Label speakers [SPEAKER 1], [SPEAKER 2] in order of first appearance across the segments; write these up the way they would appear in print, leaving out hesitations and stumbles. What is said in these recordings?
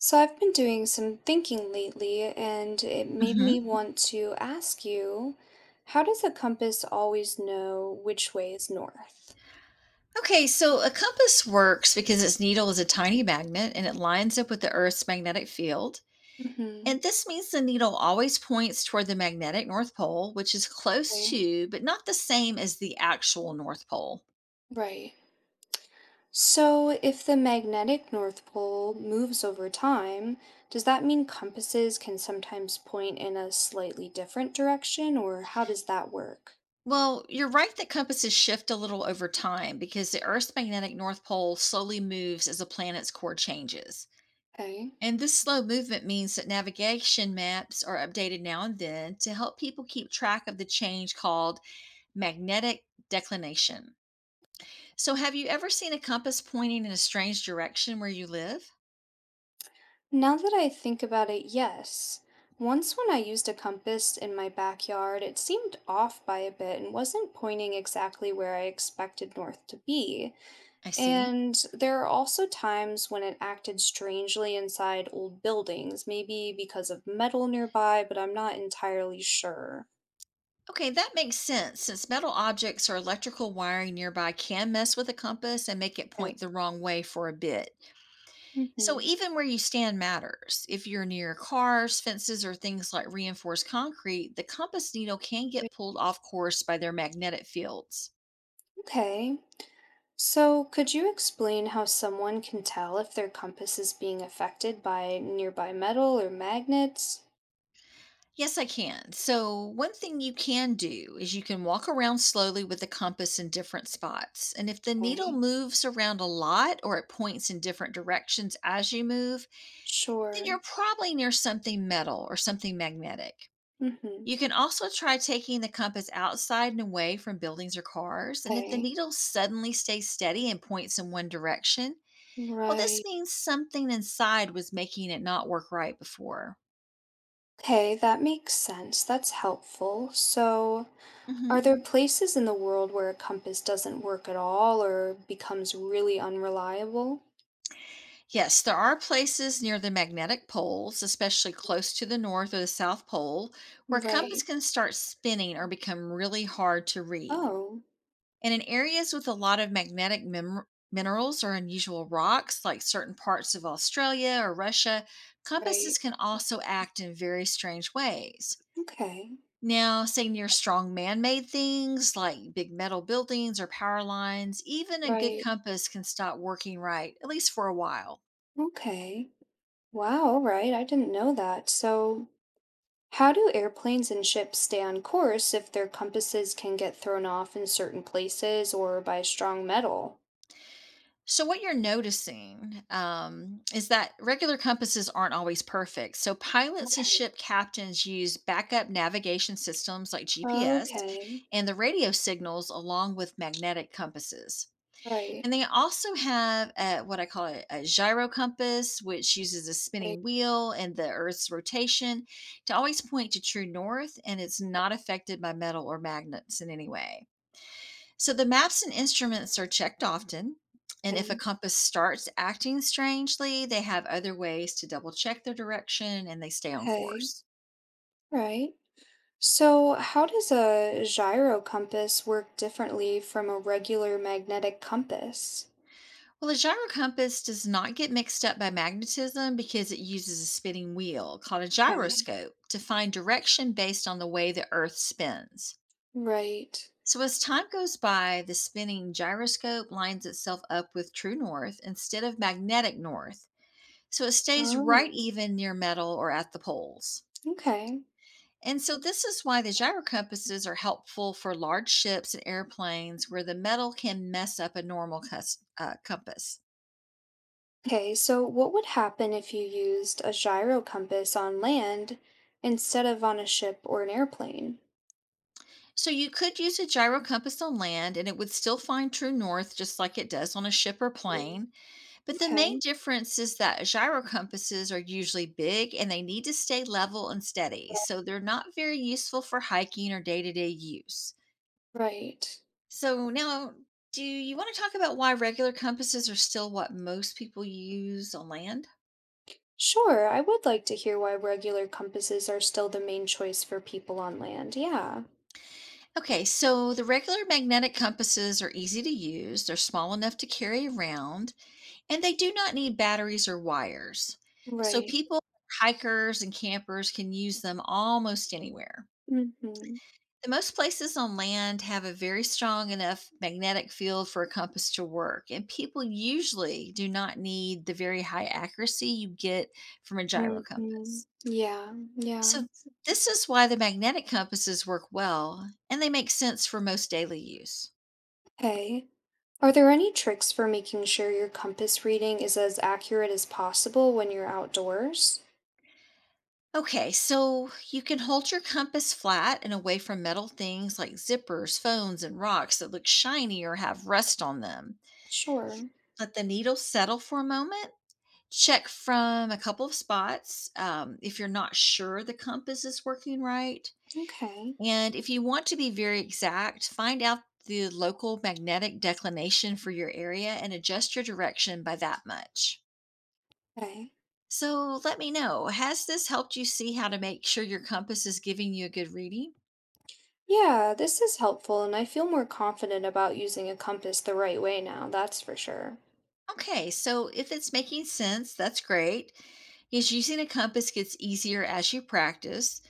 [SPEAKER 1] So I've been doing some thinking lately, and it made me
[SPEAKER 2] Mhm.
[SPEAKER 1] want to ask you, how does a compass always know which way is north?
[SPEAKER 2] Okay, so a compass works because its needle is a tiny magnet and it lines up with the Earth's magnetic field.
[SPEAKER 1] Hmm.
[SPEAKER 2] And this means the needle always points toward the magnetic North Pole, which is close
[SPEAKER 1] Okay.
[SPEAKER 2] to, but not the same as the actual North Pole.
[SPEAKER 1] Right. So if the magnetic North Pole moves over time, does that mean compasses can sometimes point in a slightly different direction, or how does that work?
[SPEAKER 2] Well, you're right that compasses shift a little over time because the Earth's magnetic North Pole slowly moves as the planet's core changes.
[SPEAKER 1] Okay.
[SPEAKER 2] And this slow movement means that navigation maps are updated now and then to help people keep track of the change called magnetic declination. So, have you ever seen a compass pointing in a strange direction where you live?
[SPEAKER 1] Now that I think about it, yes. Once when I used a compass in my backyard, it seemed off by a bit and wasn't pointing exactly where I expected north to be.
[SPEAKER 2] I see.
[SPEAKER 1] And there are also times when it acted strangely inside old buildings, maybe because of metal nearby, but I'm not entirely sure.
[SPEAKER 2] Okay, that makes sense since metal objects or electrical wiring nearby can mess with a compass and make it
[SPEAKER 1] Okay.
[SPEAKER 2] point the wrong way for a bit. So,
[SPEAKER 1] Hmm.
[SPEAKER 2] even where you stand matters. If you're near cars, fences, or things like reinforced concrete, the compass needle can get pulled off course by their magnetic fields.
[SPEAKER 1] Okay. So, could you explain how someone can tell if their compass is being affected by nearby metal or magnets?
[SPEAKER 2] Yes, I can. So, one thing you can do is you can walk around slowly with the compass in different spots. And if the needle
[SPEAKER 1] Okay.
[SPEAKER 2] moves around a lot or it points in different directions as you move, then
[SPEAKER 1] Sure.
[SPEAKER 2] you're probably near something metal or something magnetic.
[SPEAKER 1] Mm-hmm.
[SPEAKER 2] You can also try taking the compass outside and away from buildings or cars. And if the
[SPEAKER 1] Okay.
[SPEAKER 2] needle suddenly stays steady and points in one direction, well, this
[SPEAKER 1] Right.
[SPEAKER 2] means something inside was making it not work right before.
[SPEAKER 1] Okay, that makes sense. That's helpful. So,
[SPEAKER 2] Mhm.
[SPEAKER 1] are there places in the world where a compass doesn't work at all or becomes really unreliable?
[SPEAKER 2] Yes, there are places near the magnetic poles, especially close to the North or the South Pole, where a compass
[SPEAKER 1] Right.
[SPEAKER 2] can start spinning or become really hard to read.
[SPEAKER 1] Oh,
[SPEAKER 2] And in areas with a lot of magnetic minerals or unusual rocks, like certain parts of Australia or Russia,
[SPEAKER 1] right.
[SPEAKER 2] compasses can also act in very strange ways.
[SPEAKER 1] Okay.
[SPEAKER 2] Now, say near strong man made things like big metal buildings or power lines, even a good
[SPEAKER 1] Right.
[SPEAKER 2] compass can stop working right, at least for a while.
[SPEAKER 1] Okay. Wow, all right. I didn't know that. So, how do airplanes and ships stay on course if their compasses can get thrown off in certain places or by strong metal?
[SPEAKER 2] So, what you're noticing is that regular compasses aren't always perfect. So, pilots and
[SPEAKER 1] Okay.
[SPEAKER 2] ship captains use backup navigation systems like GPS
[SPEAKER 1] Okay.
[SPEAKER 2] and the radio signals along with magnetic compasses.
[SPEAKER 1] Right.
[SPEAKER 2] And they also have what I call a gyro compass, which uses a
[SPEAKER 1] Right.
[SPEAKER 2] spinning wheel and the Earth's rotation to always point to true north, and it's not affected by metal or magnets in any way. So the maps and instruments are checked often, and if a
[SPEAKER 1] Mm.
[SPEAKER 2] compass starts acting strangely, they have other ways to double check their direction and they stay on
[SPEAKER 1] Okay.
[SPEAKER 2] course.
[SPEAKER 1] Right. So, how does a gyro compass work differently from a regular magnetic compass?
[SPEAKER 2] Well, a gyro compass does not get mixed up by magnetism because it uses a spinning wheel called a
[SPEAKER 1] Okay.
[SPEAKER 2] gyroscope to find direction based on the way the Earth spins.
[SPEAKER 1] Right.
[SPEAKER 2] So, as time goes by, the spinning gyroscope lines itself up with true north instead of magnetic north. So, it stays right
[SPEAKER 1] Oh,
[SPEAKER 2] even near metal or at the poles.
[SPEAKER 1] okay.
[SPEAKER 2] And so this is why the gyro compasses are helpful for large ships and airplanes where the metal can mess up a normal compass.
[SPEAKER 1] Okay. So, what would happen if you used a gyro compass on land instead of on a ship or an airplane?
[SPEAKER 2] So you could use a gyro compass on land and it would still find true north just like it does on a ship or
[SPEAKER 1] Mm.
[SPEAKER 2] plane. But the main
[SPEAKER 1] Okay.
[SPEAKER 2] difference is that gyro compasses are usually big and they need to stay level and steady. So they're not very useful for hiking or day-to-day use.
[SPEAKER 1] Right.
[SPEAKER 2] So now do you want to talk about why regular compasses are still what most people use on land?
[SPEAKER 1] Sure. I would like to hear why regular compasses are still the main choice for people on land. Yeah.
[SPEAKER 2] Okay, so the regular magnetic compasses are easy to use, they're small enough to carry around, and they do not need batteries or wires. So
[SPEAKER 1] Right.
[SPEAKER 2] people, hikers, and campers can use them almost anywhere.
[SPEAKER 1] Mhm.
[SPEAKER 2] The most places on land have a very strong enough magnetic field for a compass to work, and people usually do not need the very high accuracy you get from a gyro
[SPEAKER 1] Mhm.
[SPEAKER 2] compass.
[SPEAKER 1] Yeah, yeah.
[SPEAKER 2] So, this is why the magnetic compasses work well and they make sense for most daily use.
[SPEAKER 1] Hey, are there any tricks for making sure your compass reading is as accurate as possible when you're outdoors?
[SPEAKER 2] Okay, so you can hold your compass flat and away from metal things like zippers, phones, and rocks that look shiny or have rust on them.
[SPEAKER 1] Sure.
[SPEAKER 2] Let the needle settle for a moment. Check from a couple of spots if you're not sure the compass is working right.
[SPEAKER 1] Okay.
[SPEAKER 2] And if you want to be very exact, find out the local magnetic declination for your area and adjust your direction by that much.
[SPEAKER 1] Okay.
[SPEAKER 2] So let me know, has this helped you see how to make sure your compass is giving you a good reading?
[SPEAKER 1] Yeah, this is helpful, and I feel more confident about using a compass the right way now, that's for sure.
[SPEAKER 2] Okay, so if it's making sense, that's great. Is using a compass gets easier as you practice.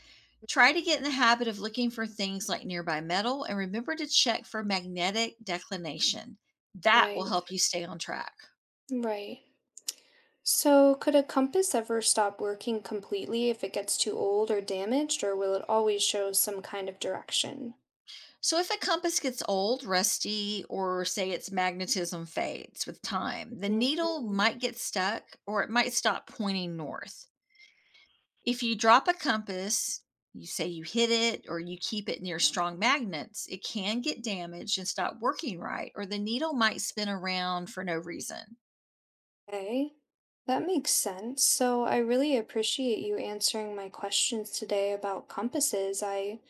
[SPEAKER 2] Try to get in the habit of looking for things like nearby metal and remember to check for magnetic declination. That will
[SPEAKER 1] Right,
[SPEAKER 2] help you stay on track.
[SPEAKER 1] right. So, could a compass ever stop working completely if it gets too old or damaged, or will it always show some kind of direction?
[SPEAKER 2] So, if a compass gets old, rusty, or say its magnetism fades with time, the needle
[SPEAKER 1] Hmm.
[SPEAKER 2] might get stuck or it might stop pointing north. If you drop a compass, you say you hit it or you keep it near strong magnets, it can get damaged and stop working right, or the needle might spin around for no reason.
[SPEAKER 1] Okay, that makes sense. So I really appreciate you answering my questions today about compasses. I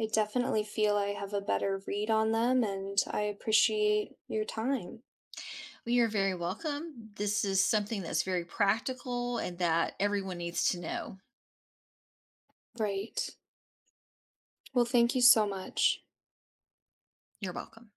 [SPEAKER 1] I definitely feel I have a better read on them and I appreciate your time.
[SPEAKER 2] Well, you're very welcome. This is something that's very practical and that everyone needs to know.
[SPEAKER 1] Right. Well, thank you so much.
[SPEAKER 2] You're welcome.